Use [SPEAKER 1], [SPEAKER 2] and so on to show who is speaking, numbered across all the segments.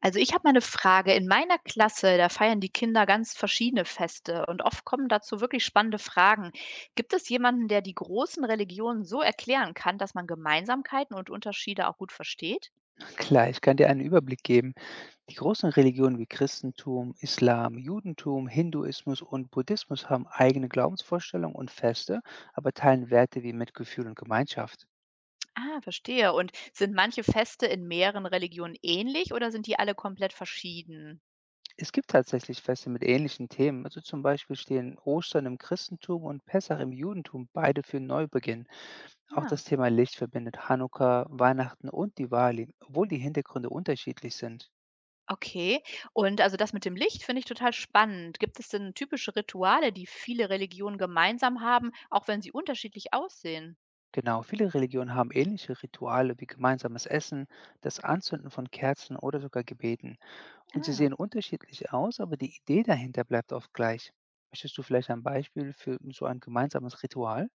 [SPEAKER 1] Also ich habe mal eine Frage. In meiner Klasse, da feiern die Kinder ganz verschiedene Feste und oft kommen dazu wirklich spannende Fragen. Gibt es jemanden, der die großen Religionen so erklären kann, dass man Gemeinsamkeiten und Unterschiede auch gut versteht?
[SPEAKER 2] Klar, ich kann dir einen Überblick geben. Die großen Religionen wie Christentum, Islam, Judentum, Hinduismus und Buddhismus haben eigene Glaubensvorstellungen und Feste, aber teilen Werte wie Mitgefühl und Gemeinschaft.
[SPEAKER 1] Ah, verstehe. Und sind manche Feste in mehreren Religionen ähnlich oder sind die alle komplett verschieden?
[SPEAKER 2] Es gibt tatsächlich Feste mit ähnlichen Themen, also zum Beispiel stehen Ostern im Christentum und Pessach im Judentum beide für Neubeginn. Auch
[SPEAKER 1] Ja,
[SPEAKER 2] das Thema Licht verbindet Hanukkah, Weihnachten und Diwali, obwohl die Hintergründe unterschiedlich sind.
[SPEAKER 1] okay. Und also das mit dem Licht finde ich total spannend. Gibt es denn typische Rituale, die viele Religionen gemeinsam haben, auch wenn sie unterschiedlich aussehen?
[SPEAKER 2] Genau, viele Religionen haben ähnliche Rituale wie gemeinsames Essen, das Anzünden von Kerzen oder sogar Gebeten. Und sie
[SPEAKER 1] Ah.
[SPEAKER 2] sehen unterschiedlich aus, aber die Idee dahinter bleibt oft gleich. Möchtest du vielleicht ein Beispiel für so ein gemeinsames Ritual?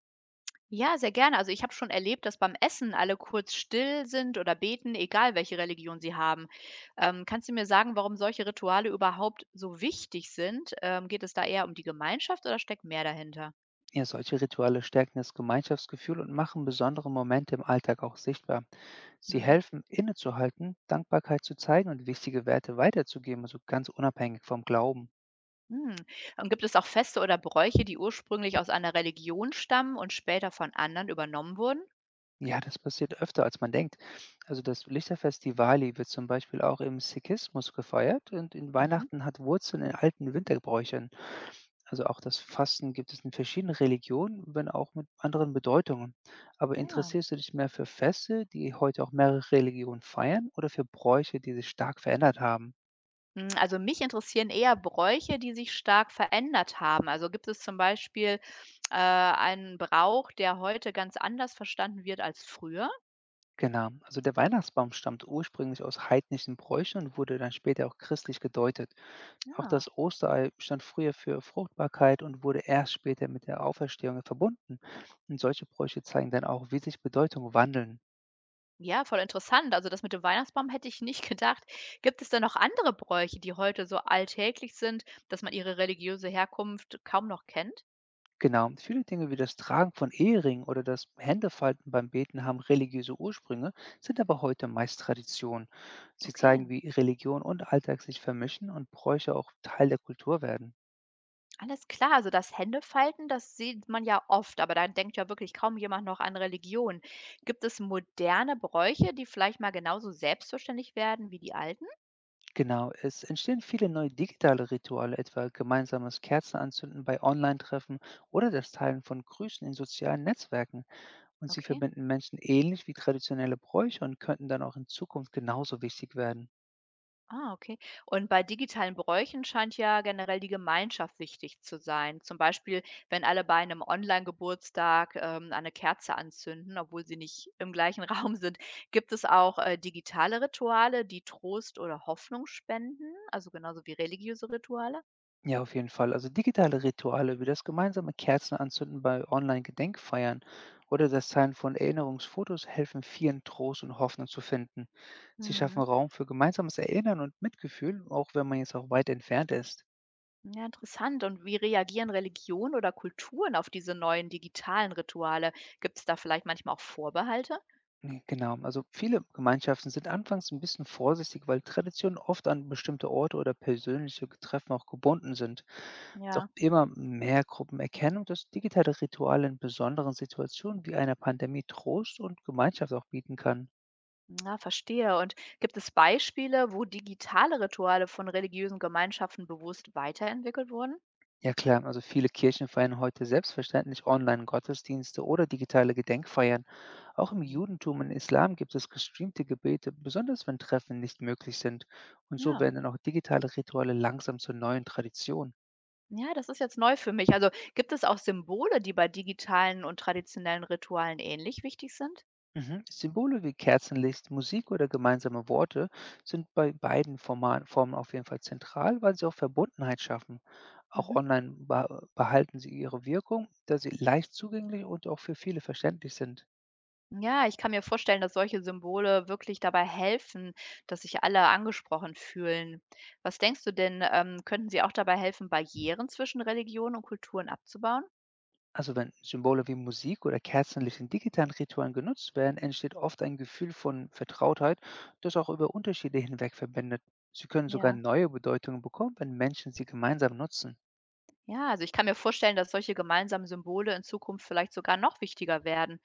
[SPEAKER 1] Ja, sehr gerne. Also ich habe schon erlebt, dass beim Essen alle kurz still sind oder beten, egal welche Religion sie haben. Kannst du mir sagen, warum solche Rituale überhaupt so wichtig sind? Geht es da eher um die Gemeinschaft oder steckt mehr dahinter?
[SPEAKER 2] Ja, solche Rituale stärken das Gemeinschaftsgefühl und machen besondere Momente im Alltag auch sichtbar. Sie
[SPEAKER 1] Hm.
[SPEAKER 2] helfen, innezuhalten, Dankbarkeit zu zeigen und wichtige Werte weiterzugeben, also ganz unabhängig vom Glauben.
[SPEAKER 1] Hm. Und gibt es auch Feste oder Bräuche, die ursprünglich aus einer Religion stammen und später von anderen übernommen wurden?
[SPEAKER 2] Ja, das passiert öfter, als man denkt. Also das Lichterfest Diwali wird zum Beispiel auch im Sikhismus gefeiert und in
[SPEAKER 1] Mhm.
[SPEAKER 2] Weihnachten hat Wurzeln in alten Winterbräuchern. Also auch das Fasten gibt es in verschiedenen Religionen, wenn auch mit anderen Bedeutungen. Aber
[SPEAKER 1] Ja.
[SPEAKER 2] interessierst du dich mehr für Feste, die heute auch mehrere Religionen feiern, oder für Bräuche, die sich stark verändert haben?
[SPEAKER 1] Hm, also mich interessieren eher Bräuche, die sich stark verändert haben. Also gibt es zum Beispiel, einen Brauch, der heute ganz anders verstanden wird als früher?
[SPEAKER 2] Genau. Also der Weihnachtsbaum stammt ursprünglich aus heidnischen Bräuchen und wurde dann später auch christlich gedeutet. Auch
[SPEAKER 1] Ah,
[SPEAKER 2] das Osterei stand früher für Fruchtbarkeit und wurde erst später mit der Auferstehung verbunden. Und solche Bräuche zeigen dann auch, wie sich Bedeutungen wandeln.
[SPEAKER 1] ja, voll interessant. Also das mit dem Weihnachtsbaum hätte ich nicht gedacht. Gibt es denn noch andere Bräuche, die heute so alltäglich sind, dass man ihre religiöse Herkunft kaum noch kennt?
[SPEAKER 2] Genau, und viele Dinge wie das Tragen von Ehering oder das Händefalten beim Beten haben religiöse Ursprünge, sind aber heute meist Tradition. Sie
[SPEAKER 1] Okay.
[SPEAKER 2] zeigen, wie Religion und Alltag sich vermischen und Bräuche auch Teil der Kultur werden.
[SPEAKER 1] Alles klar, also das Händefalten, das sieht man ja oft, aber dann denkt ja wirklich kaum jemand noch an Religion. Gibt es moderne Bräuche, die vielleicht mal genauso selbstverständlich werden wie die alten?
[SPEAKER 2] Genau, es entstehen viele neue digitale Rituale, etwa gemeinsames Kerzenanzünden bei Online-Treffen oder das Teilen von Grüßen in sozialen Netzwerken. Und sie
[SPEAKER 1] Okay.
[SPEAKER 2] verbinden Menschen ähnlich wie traditionelle Bräuche und könnten dann auch in Zukunft genauso wichtig werden.
[SPEAKER 1] Ah, okay. Und bei digitalen Bräuchen scheint ja generell die Gemeinschaft wichtig zu sein. Zum Beispiel, wenn alle bei einem Online-Geburtstag eine Kerze anzünden, obwohl sie nicht im gleichen Raum sind. Gibt es auch digitale Rituale, die Trost oder Hoffnung spenden? Also genauso wie religiöse Rituale?
[SPEAKER 2] Ja, auf jeden Fall. Also digitale Rituale wie das gemeinsame Kerzenanzünden bei Online-Gedenkfeiern oder das Teilen von Erinnerungsfotos helfen vielen Trost und Hoffnung zu finden. Sie
[SPEAKER 1] Hm.
[SPEAKER 2] schaffen Raum für gemeinsames Erinnern und Mitgefühl, auch wenn man jetzt auch weit entfernt ist.
[SPEAKER 1] Ja, interessant. Und wie reagieren Religionen oder Kulturen auf diese neuen digitalen Rituale? Gibt es da vielleicht manchmal auch Vorbehalte?
[SPEAKER 2] Nee, genau, also viele Gemeinschaften sind anfangs ein bisschen vorsichtig, weil Traditionen oft an bestimmte Orte oder persönliche Treffen auch gebunden sind. Doch
[SPEAKER 1] Ja,
[SPEAKER 2] immer mehr Gruppen erkennen, dass digitale Rituale in besonderen Situationen wie einer Pandemie Trost und Gemeinschaft auch bieten kann.
[SPEAKER 1] na, verstehe. Und gibt es Beispiele, wo digitale Rituale von religiösen Gemeinschaften bewusst weiterentwickelt wurden?
[SPEAKER 2] Ja klar, also viele Kirchen feiern heute selbstverständlich Online-Gottesdienste oder digitale Gedenkfeiern. Auch im
[SPEAKER 1] Mhm.
[SPEAKER 2] Judentum und Islam gibt es gestreamte Gebete, besonders wenn Treffen nicht möglich sind. Und so
[SPEAKER 1] Ja.
[SPEAKER 2] werden dann auch digitale Rituale langsam zur neuen Tradition.
[SPEAKER 1] Ja, das ist jetzt neu für mich. Also gibt es auch Symbole, die bei digitalen und traditionellen Ritualen ähnlich wichtig sind?
[SPEAKER 2] Mhm. Symbole wie Kerzenlicht, Musik oder gemeinsame Worte sind bei beiden Formen auf jeden Fall zentral, weil sie auch Verbundenheit schaffen. Auch
[SPEAKER 1] Mhm.
[SPEAKER 2] online behalten sie ihre Wirkung, da sie leicht zugänglich und auch für viele verständlich sind.
[SPEAKER 1] Ja, ich kann mir vorstellen, dass solche Symbole wirklich dabei helfen, dass sich alle angesprochen fühlen. Was denkst du denn, könnten sie auch dabei helfen, Barrieren zwischen Religionen und Kulturen abzubauen?
[SPEAKER 2] Also wenn Symbole wie Musik oder Kerzenlicht in digitalen Ritualen genutzt werden, entsteht oft ein Gefühl von Vertrautheit, das auch über Unterschiede hinweg verbindet. Sie können sogar
[SPEAKER 1] Ja.
[SPEAKER 2] neue Bedeutungen bekommen, wenn Menschen sie gemeinsam nutzen.
[SPEAKER 1] Ja, also ich kann mir vorstellen, dass solche gemeinsamen Symbole in Zukunft vielleicht sogar noch wichtiger werden.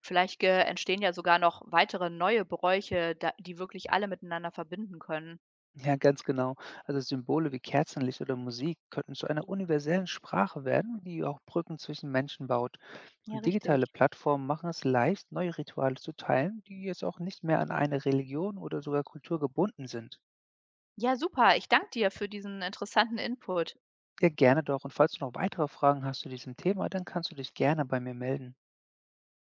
[SPEAKER 1] Vielleicht entstehen ja sogar noch weitere neue Bräuche, die wirklich alle miteinander verbinden können.
[SPEAKER 2] Ja, ganz genau. Also Symbole wie Kerzenlicht oder Musik könnten zu einer universellen Sprache werden, die auch Brücken zwischen Menschen baut.
[SPEAKER 1] Ja,
[SPEAKER 2] Und digitale
[SPEAKER 1] richtig.
[SPEAKER 2] Plattformen machen es leicht, neue Rituale zu teilen, die jetzt auch nicht mehr an eine Religion oder sogar Kultur gebunden sind.
[SPEAKER 1] Ja, super. Ich danke dir für diesen interessanten Input.
[SPEAKER 2] Ja, gerne doch. Und falls du noch weitere Fragen hast zu diesem Thema, dann kannst du dich gerne bei mir melden.